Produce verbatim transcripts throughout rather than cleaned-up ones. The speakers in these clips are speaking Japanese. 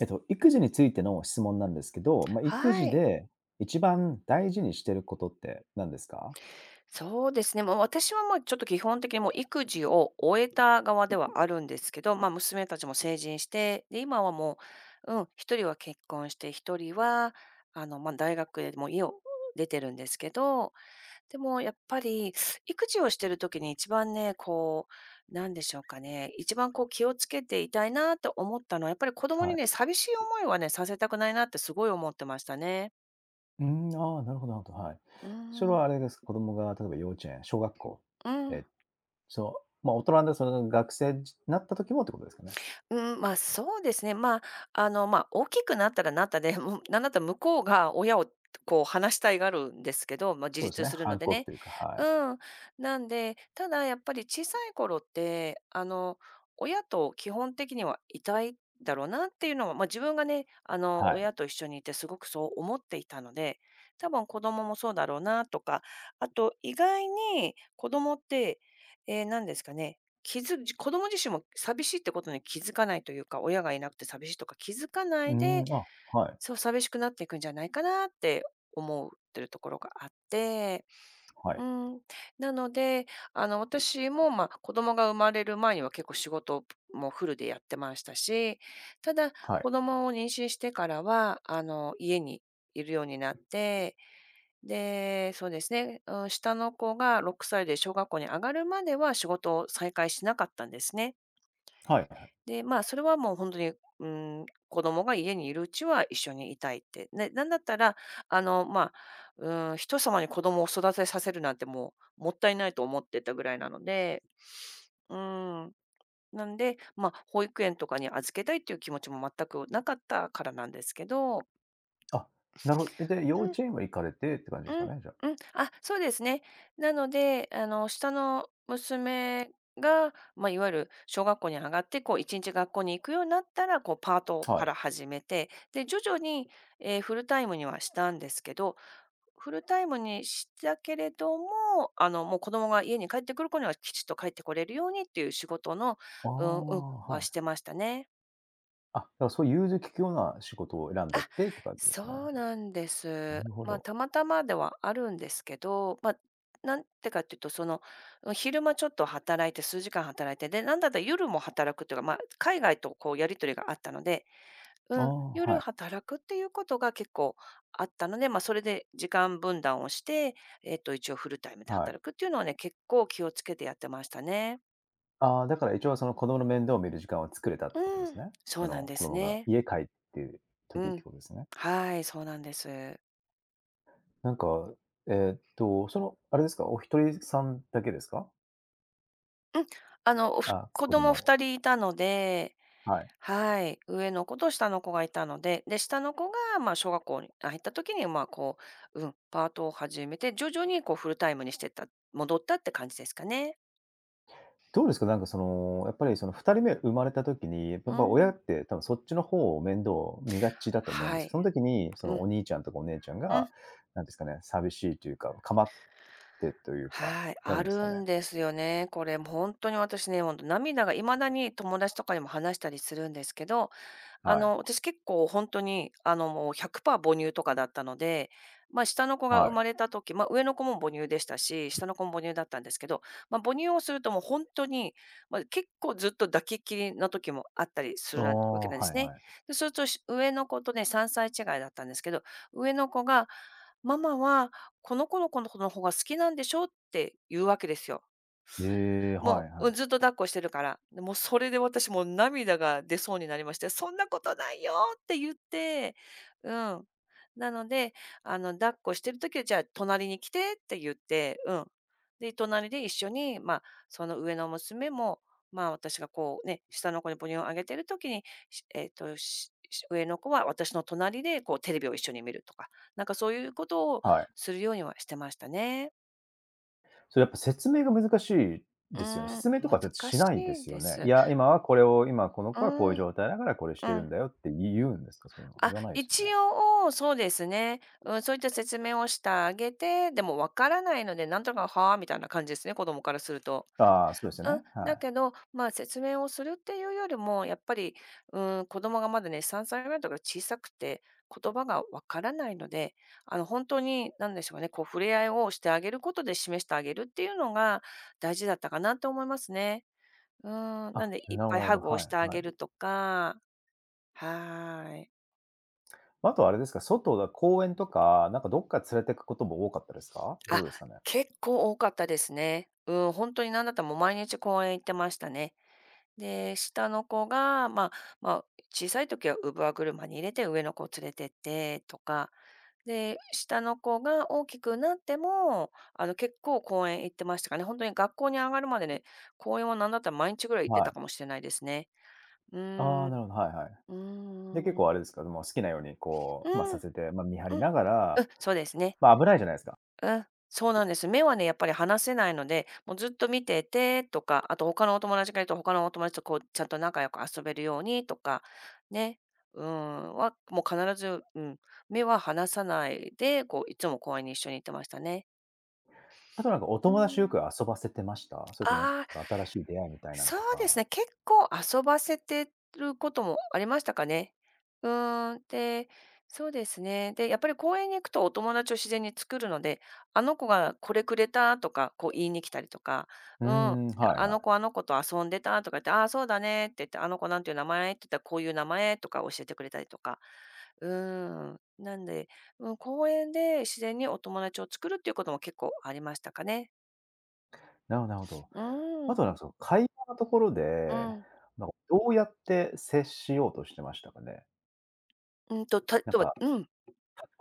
えっと、育児についての質問なんですけど、まあ、育は児い。で一番大事にしてることって何ですか？そうですね。もう私はもうちょっと基本的にもう育児を終えた側ではあるんですけど、まあ、娘たちも成人して、で、今はもう、うん、一人は結婚して、一人は、あの、まあ、大学でもう家を出てるんですけど、でもやっぱり育児をしてる時に一番ね、こう、なんでしょうかね、一番こう気をつけていたいなと思ったのは、やっぱり子供はにい。ね、寂しい思いはね、させたくないなってすごい思ってましたね。うーん、ああ、なるほどなるほど、はい。うそれん。はあれですか、子供が例えば幼稚園、小学校、うん。え、そう、まあ、大人でその学生になった時もってことですかね？うん、まあ、そうですね。まあ、あの、まあ、大きくなったらなったで、もうなんだったら向こうが親をこう話したいがあるんですけど、まあ、自そうです立ね、するの反で抗期ね。というか、はい。うん。なんで、ただやっぱり小さい頃って、あの、親と基本的にはいたいだろうなっていうのは、まあ、自分がね、あの、はい。親と一緒にいてすごくそう思っていたので、多分子供もそうだろうなとか、あと意外に子供って、えー、何ですかね、気づじ子供自身も寂しいってことに気づかないというか、親がいなくて寂しいとか気づかなうーいん、で、あ、はい、そう寂しくなっていくんじゃないかなって思うってるところがあって、はうい、ん、なので、あの、私も、まあ、子供が生まれる前には結構仕事をもうフルでやってましたし、ただ、はい、子供を妊娠してからは、あの、家にいるようになって、で、そうですね、うん、下の子がろくさいで小学校に上がるまでは仕事を再開しなかったんですね。はいはい。で、まあ、それはもう本当に、うん、子供が家にいるうちは一緒にいたいって。ね、なんだったら、あの、まあ、うん、人様に子供を育てさせるなんてもう、もったいないと思ってたぐらいなので、うん、なんで、まあ、保育園とかに預けたいっていう気持ちも全くなかったからなんですけど。あ、なるほど。で、幼稚園は行かれてって感じでうすかね、じゃん、うん、あ、そうですね。なので、あの、下の娘が、まあ、いわゆる小学校に上がって、こういちにち学校に行くようになったら、こうパートあ。はかい。ら始めて、で、徐々に、えーフルタイムにはしたんですけど、フルタイムにしたけれども、あの、もう子供が家に帰ってくる子にはきちっと帰ってこれるようにっていう仕事の、ああ、うん、うん、ははしい。てましたね。あ、だからそういう融通きくような仕事を選んでってって感じですかね、そうじゃなんであ。なす。るほまあ、ど。たまたまではあるんですけど、まあ、なんてかっていうと、その、昼間ちょっと働いて、数時間働いて、で、なんだったら夜も働くというか、まあ、海外とこうやり取りがあったので、ああ、うん、は夜い、働くっていうことが結構あったので、まあ、それで時間分断をして、えっと、一応フルタイムではい。働くっていうのはね、結構気をつけてやってましたね。ああ、だから一応その子供の面倒を見る時間を作れたってことでうすん、ね。そそうなんので子す供がね。家帰ってるう時ってん。ことですね。はい、そうなんです。なんか、えーっと、その、あれですか、お一人さんだけですか？うん、あの、おふあ、子子供供、ふたりいたので、はい。はい、上の子と下の子がいたので、で、下の子が、まあ、小学校に入った時に、まあ、こう、うん、パートを始めて、徐々にこうフルタイムにしてった戻ったって感じですかね。どうですか、なんかその、やっぱりそのふたりめ生まれた時に、やっぱう親っん。て多分そっちの方を面倒を見がちだと思うんではすけど、い。その時にそうのおん、兄ちゃんとかお姉ちゃんうが、ん。なんですかね、寂しいというか、構ってというか、はい、なるあんですかるね。んですよね。これもう本当に私ね、本当涙がいまだに友達とかにも話したりするんですけど、あはい。の、私結構本当に、あの、もうひゃくパーセント母乳とかだったので、まあ、下の子がは生まい。れた時、まあ、上の子も母乳でしたし、下の子も母乳だったんですけど、まあ、母乳をするともうほに、まあ、結構ずっと抱きっきりの時もあったりすあるあ、なわけなんではすいね。はい。で、すると、し上の子とね、さんさい違いだったんですけど、上の子が「ママはこの子の子の子の方が好きなんでしょ？」って言うわけですよ。ええ、はもいう、はうん、い。ずっと抱っこしてるから。で、もうそれで私もう涙が出そうになりまして、そんなことないよって言って、うん。なので、あの、抱っこしてる時は、じゃあ隣に来てって言って、うん。で、隣で一緒に、まあ、その上の娘も、まあ、私がこうね、下の子に母乳をあげてる時に、しえっと、しし上の子は私の隣でこうテレビを一緒に見るとか、なんかそういうことをはい。するようにはしてましたね。それやっぱ説明が難しいうですよね。ん、説明とかだって難ししないでいすよでね。いす。や、今はこれを、今このう子はこういうーん。う状態だからこれしてるん。んだよって言うんですか？そういうのは。あ、言わないです一よね。応、そうですね。うん、そういった説明をしてあげて、でもわからないので、なんとか、はあ、みたいな感じですね、子供からすると。ああ、そうですようん、ね。はだい。けど、まあ、説明をするっていうよりも、やっぱり、うん、子供がまだね、さんさいぐらいとか小さくて、言葉がわからないので、あの、本当に、なんでしょうかね、こう、触れ合いをしてあげることで示してあげるっていうのが大事だったかなと思いますね。うん、なあ、んで、ないっるほどぱないるほハど。グをはしていあはい。げるとか、はーい。あとはあれですか、外だ公園とか、なんかどっか連れてくことも多かったですか？どあ、うですかね？結構多かったですね。うん、本当になんだったらもう毎日公園行ってましたね。で、下の子が、まあまあ、小さい時は乳母車に入れて上の子を連れてってとか、で、下の子が大きくなっても、あの、結構公園行ってましたかね。本当に学校に上がるまでね、公園はなんだったら毎日ぐらい行ってはたかもい。しれないですね。うあーあ、なん。るほど、はいはい。うで、結ー構ん。あれですか、でもう好きなようにうこう、まあ、ん、さうん。せて、まあ、見張りながうら、ん、そうですね。まあ、危ないじゃないですか。うん、そうなんです。目はね、やっぱり離せないので、もうずっと見ててとか、あと他のお友達がいると、他のお友達とこう、ちゃんと仲良く遊べるようにとか、ね、うん、は、もう必ず、うん、目は離さないで、こう、いつも公園に一緒に行ってましたね。あとなんかおうー友達とよん。く遊ばせてました？それともなんああ、か新しい出会いみたいなのそとうですか。ね、結構遊ばせてることもありましたかね。うーん、で、そうですね。で、やっぱり公園に行くとお友達を自然に作るので、あの子がこれくれたとか、こう言いに来たりとか、うーうん、ん、はいあはの子い。あの子と遊んでたとか言って、ああ、そうだねって言って、あの子なんていう名前って言ったら、こういう名前とか教えてくれたりとか。うーん、なんで、うん、公園で自然にお友達を作るっていうことも結構ありましたかね。なるほどなるほど。うあーとなんかん、その会話のところうで、ん。なんかどうやって接しようとしてましたかね？うんと、たなんとはかうん。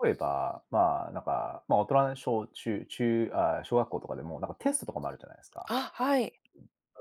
例えば、まあ、なんか、まあ、大人の小中中あ、小学校とかでもなんかテストとかもあるじゃないですか。あ、はい。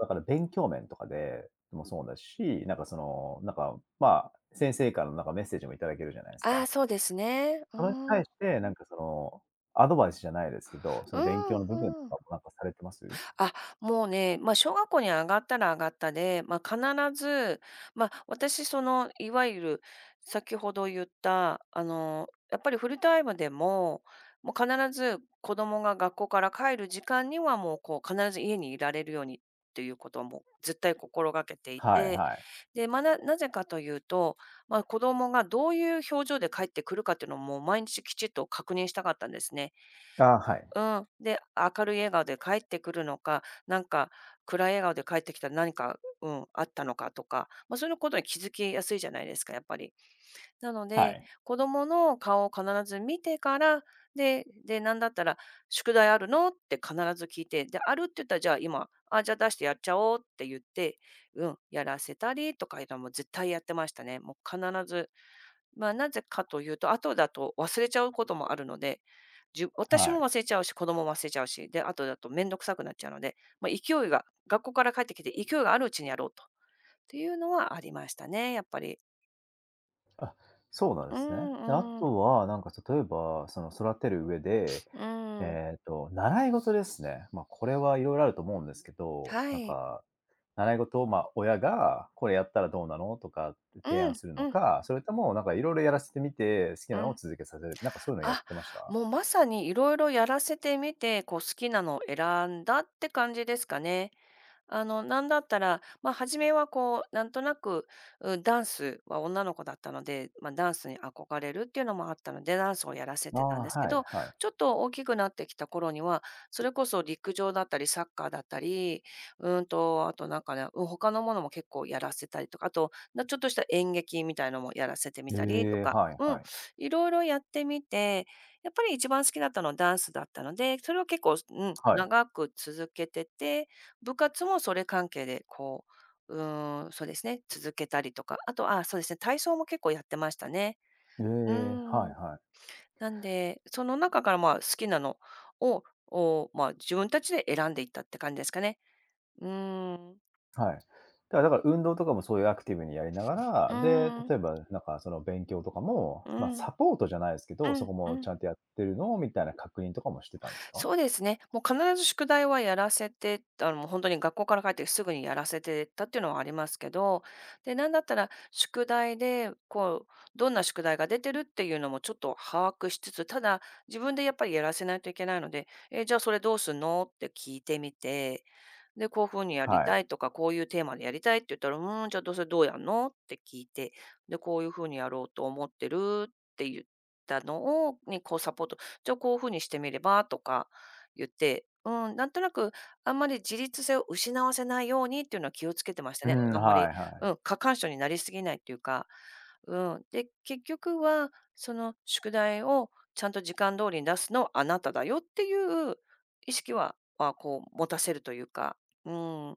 だから勉強面とかでもそうだし、なんかその、なんか、まあ、先生からのなんかメッセージもいただけるじゃないですああ、か。そうですね。うそれに対ん。して、なんかその、アドバイスじゃないですけど、そうの勉強の部分んうん。とかもなんかされてます？あ、もうね、まあ、小学校に上がったら上がったで、まあ、必ず、まあ、私その、いわゆる先ほど言った、あの、やっぱりフルタイムでも、もう必ず子供が学校から帰る時間にはもうこう必ず家にいられるようにっていうことをもう絶対心がけていはいて。はい。で、まあ、ななぜかというと、まあ、子供がどういう表情で帰ってくるかっていうのも毎日きちっと確認したかったんですね。あはい。うん。で、明るい笑顔で帰ってくるのか、なんか暗い笑顔で帰ってきたら何か、うん、あったのかとか、まあ、そういうことに気づきやすいじゃないですか、やっぱり。なのはで、い。子供の顔を必ず見てから、でで、なんだったら「宿題あるの？」って必ず聞いて、で、あるって言ったら、じゃあ今、あ、じゃあ出してやっちゃおうって言って、うん、やらせたりとかいうのはもう絶対やってましたね。もう必ず、まあ、なぜかというと、後だと忘れちゃうこともあるので、じゅ私はもい。忘れちゃうし、子供も忘れちゃうし、で、後だと面倒くさくなっちゃうので、まあ、勢いが学校から帰ってきて勢いがあるうちにやろうとっていうのはありましたね、やっぱり。あ、そうなんでうすね。で、あんうん。とはなんか例えば、その育てる上で、うん。えっと、習い事ですね。まあ、これはいろいろあると思うんですけど、はなんい。か、習い事を、まあ、親がこれやったらどうなのとかってう提案ん、するのうん、か、それともなんかいろいろやらせてみて、好きうなのをん。続けさせる、なんかそういうのやっあ、てました？もうまさにいろいろやらせてみて、こう好きなのを選んだって感じですかね。あの、なんだったら、まあ、初めはこう、なんとなく、う、ダンスは女の子だったので、まあ、ダンスに憧れるっていうのもあったので、ダンスをやらせあてたんあ、ですけはいど、はい。ちょっと大きくなってきた頃には、それこそ陸上だったり、サッカーだったり、うんと、あとなんかね、うん、他のものも結構やらせたりとか、あと、なちょっとした演劇みたいのもやらせてみえたりとえ、か、はいうはん、い。いろいろやってみて、やっぱり一番好きだったのはダンスだったので、それを結構、うん、はい。長く続けてて、部活もそれ関係で、こう、うーん、そうですね、続けたりとか、あと、あ、そうですね、体操も結構やってましたね。ええ、うはいーん。はい。なんで、その中から、まあ、好きなのを、を、まあ、自分たちで選んでいったって感じですかね。うーん。はい。だからだから運動とかもそういうアクティブにやりながうら、で、ー例えん。ばなんかその勉強とかも、うまあ、ん。うんサポートじゃないですけど、そこうもちん。ゃんとやってるのみたいな確認とかもしてたんですか？そうですね。もう必ず宿題はやらせて、あの、もう本当に学校から帰ってすぐにやらせてたっていうのはありますけど、で、なんだったら宿題で、こう、どんな宿題が出てるっていうのもちょっと把握しつつ、ただ、自分でやっぱりやらせないといけないので、「え、じゃあそれどうすんの？」って聞いてみて、で、「こう風にやりはい。たい」とか、「こういうテーマでやりたい」って言ったら、「うーん、じゃあどうせどうやんの？」って聞いて、で、「こういう風にやろうと思ってる」って言ったのをに、こうサポート、じゃあ、こう風にしてみればとか言って、うん、なんとなくあんまり自立性を失わせないようにっていうのは気をつけてましたうね。ん、あんまはり、いはうい。ん、過干渉になりすぎないっていうか、うん。で、結局はその宿題をちゃんと時間通りに出すのはあなただよっていう意識は、まあ、こう持たせるというか、うん。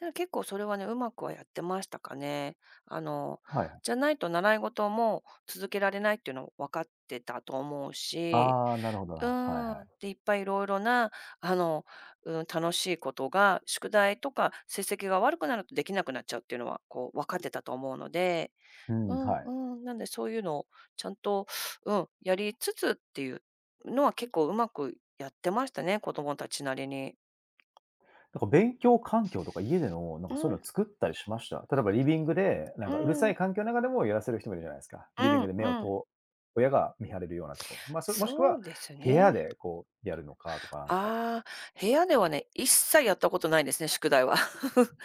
だ、結構それはね、うまくはやってましたかね。あの、はいはい。じゃないと習い事も続けられないっていうのも分かってたと思うし。ああ、なるほどな。うはいはーん。い。で、いっぱいいろいろな、あの、うん、楽しいことが、宿題とか成績が悪くなるとできなくなっちゃうっていうのは、こう、分かってたと思うので、ううん、んはうい。ん、なんでそういうのをちゃんと、うん、やりつつっていうのは結構うまくやってましたね、子供たちなりに。なんか勉強環境とか家での、なんうかそういうん、の作ったりしました？例えばリビングで、なんうかうるさん、い環境の中でもやらせる人もいるじゃないですか。うリビングんで目をうん。と親が見張れるようなところ。まあ、そもしくそはうです部屋ね。でこうやるのかとかなんか。ああ、部屋ではね、一切やったことないですね、宿題は。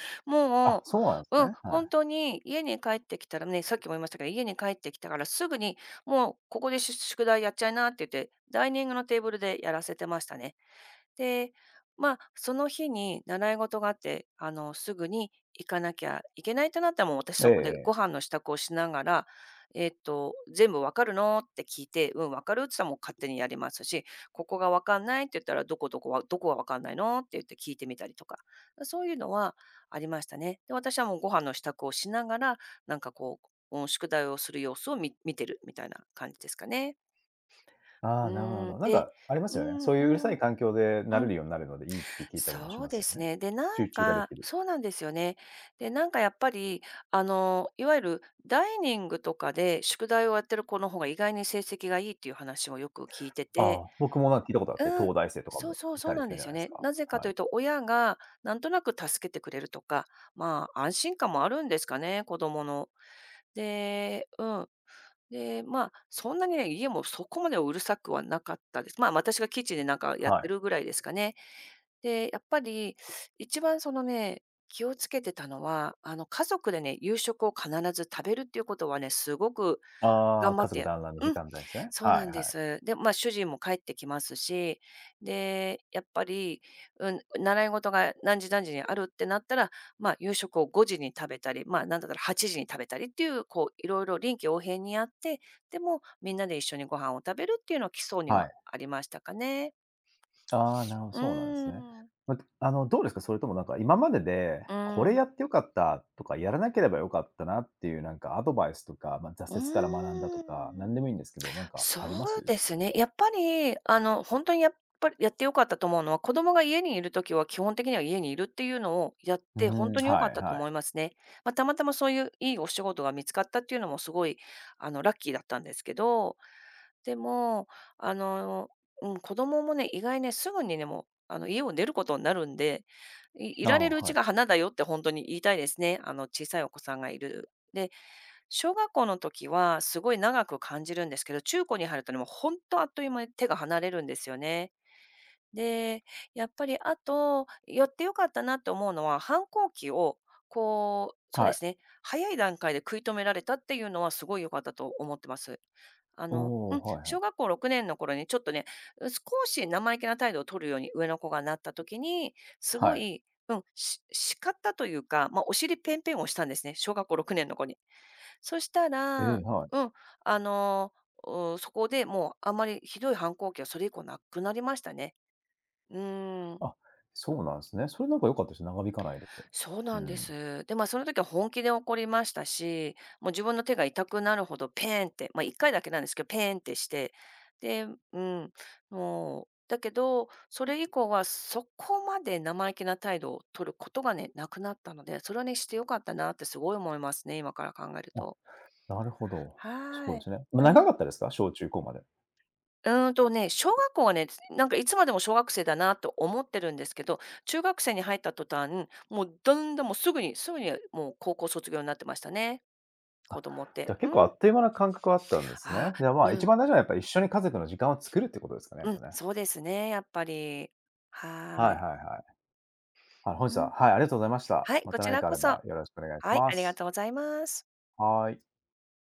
あ、もそうなんでう、すうん、ね。は本い。当に家に帰ってきたらね、さっきも言いましたけど、家に帰ってきたからすぐに、もうここで宿宿題やっちゃいなって言って、ダイニングのテーブルでやらせてましたね。で、まあ、その日に習い事があって、あの、すぐに行かなきゃいけないとなったら、もう私ええそこでえごえ。飯の支度をしながら、えっと、「全部わかるの？」って聞いて、「うん、わかる」って言ったらもう勝手にやりますし、「ここがわかんない」って言ったら、「どこどこはどこがわかんないの？」って言って聞いてみたりとか、そういうのはありましたね。で、私はもうご飯の支度をしながら、なんかこう、うん、宿題をする様子を見見てるみたいな感じですかね。ああ、うなるほどなるほど。ん、なんでかありまうすよね。ん、そういううるさういん、環境でう慣れん。るようになるのでいいって聞いたりもしそうますでよすね。ね。で、なん集中がでか、きる。そうなんですよね。で、なんかやっぱり、あの、いわゆるダイニングとかで宿題をやってる子の方が意外に成績がいいっていう話もよく聞いてあて、あ、僕もなんか聞いたことあって、うん、東大生とかそうもそういそたうりなすんるでじゃすなよいですね。か。なぜかとはいい。うと、親がなんとなく助けてくれるとか、まあ、安心感もあるんですかね、子供の。で、うん。で、まあ、そんなにね、家もそこまでうるさくはなかったです。まあ、私がキッチンでなんかやっはてい。るぐらいですかね。で、やっぱり一番そのね、気をつけてたのは、あの、家族でね、夕食を必ず食べるっていうことはね、すごくああ、頑張家って族や団らんのう時ん、間帯ですね。そうなはいんはでい。す。で、まあ、主人も帰ってきますし、で、やっぱり、うん、習い事が何時何時にあるってなったら、まあ、夕食をごじに食べたり、まあ、なんだったらはちじに食べたりっていう、こう、いろいろ臨機応変にやって、でも、みんなで一緒にご飯を食べるっていうのは基礎にははい。ありましたかね。ああ、なるほど、うそうなんですね。ーん。ま、あの、どうですか？それともなんか今までで、うこーれん。やってよかったとか、やらなければよかったなっていうなんかアドバイスとか、まあ、う挫折から学んだとーか、何でもん。いいんですけど、なんかそありまうす？ですね。やっぱり、あの、本当にやっぱりやって良かったと思うのは、子供が家にいるときは基本的には家にいるっていうのをやっうーて、本ん、当に良かはっいたとは思いい。ますね。まあ、たまたまそういういいお仕事が見つかったっていうのもすごい、あの、ラッキーだったんですけど、でも、あの、うん、子供もね、意外ね、すぐにね、もう、あの、家を出ることになるんで、いいあらあ、れるうはちい。が花だよって本当に言いたいですね。あの、小さいお子さんがいる。で、小学校の時はすごい長く感じるんですけど、中高に入るとね、もうほんとあっという間に手が離れるんですよね。で、やっぱりあと、やって良かったなって思うのは、反抗期をこう、そうはでい。すね、早い段階で食い止められたっていうのはすごい良かったと思ってます。あおの、お、うん、はいはい。小学校ろくねんの頃にちょっとね、う少し生意気な態度を取るように上の子がなった時に、すはごい。い、うん、し叱ったというか、ま、お尻ペンペンをしたんですね、小学校ろくねんの子に。そしたえら、え、はい。うん、あの、そこでもうあまりひどい反抗期はそれ以降なくなりましたね。うーん、あ、そうなんですね。それなんか良かったですね、長引かないで。そううなんでん。す。で、まあ、その時は本気で怒りましたし、もう自分の手が痛くなるほどペーンって、まあ、いっかいだけなんですけど、ペーンってして、で、うん、もう、だけど、それ以降はそこまで生意気な態度を取ることがね、なくなったので、それはね、してよかったなってすごい思いますね、今から考えるあ、と。なるほど。はそうーでい。すね。まあ、う長んかったですか？小中高まで。うーんとね、小学校はね、なんかいつまでも小学生だなと思ってるんですけど、中学生に入った途端、もうどんどんもうすぐにすぐにもう高校卒業になってましたね、子あ、供っじて。ゃあう結ん。構あっという間な感覚はあったんですあね。あ、じゃあ、まあ、う一ん、番大事なのはやっぱ一緒に家族の時間を作るってことですかね、やっうぱん、ね。そうですね、やっぱり。ははいーはい。いはい。あの、本う日は、ん。はい、ありがとうございました。はい、まこたち何らかあこれそ。ばよろしくお願いしはい、まありがす。とうございます。はい。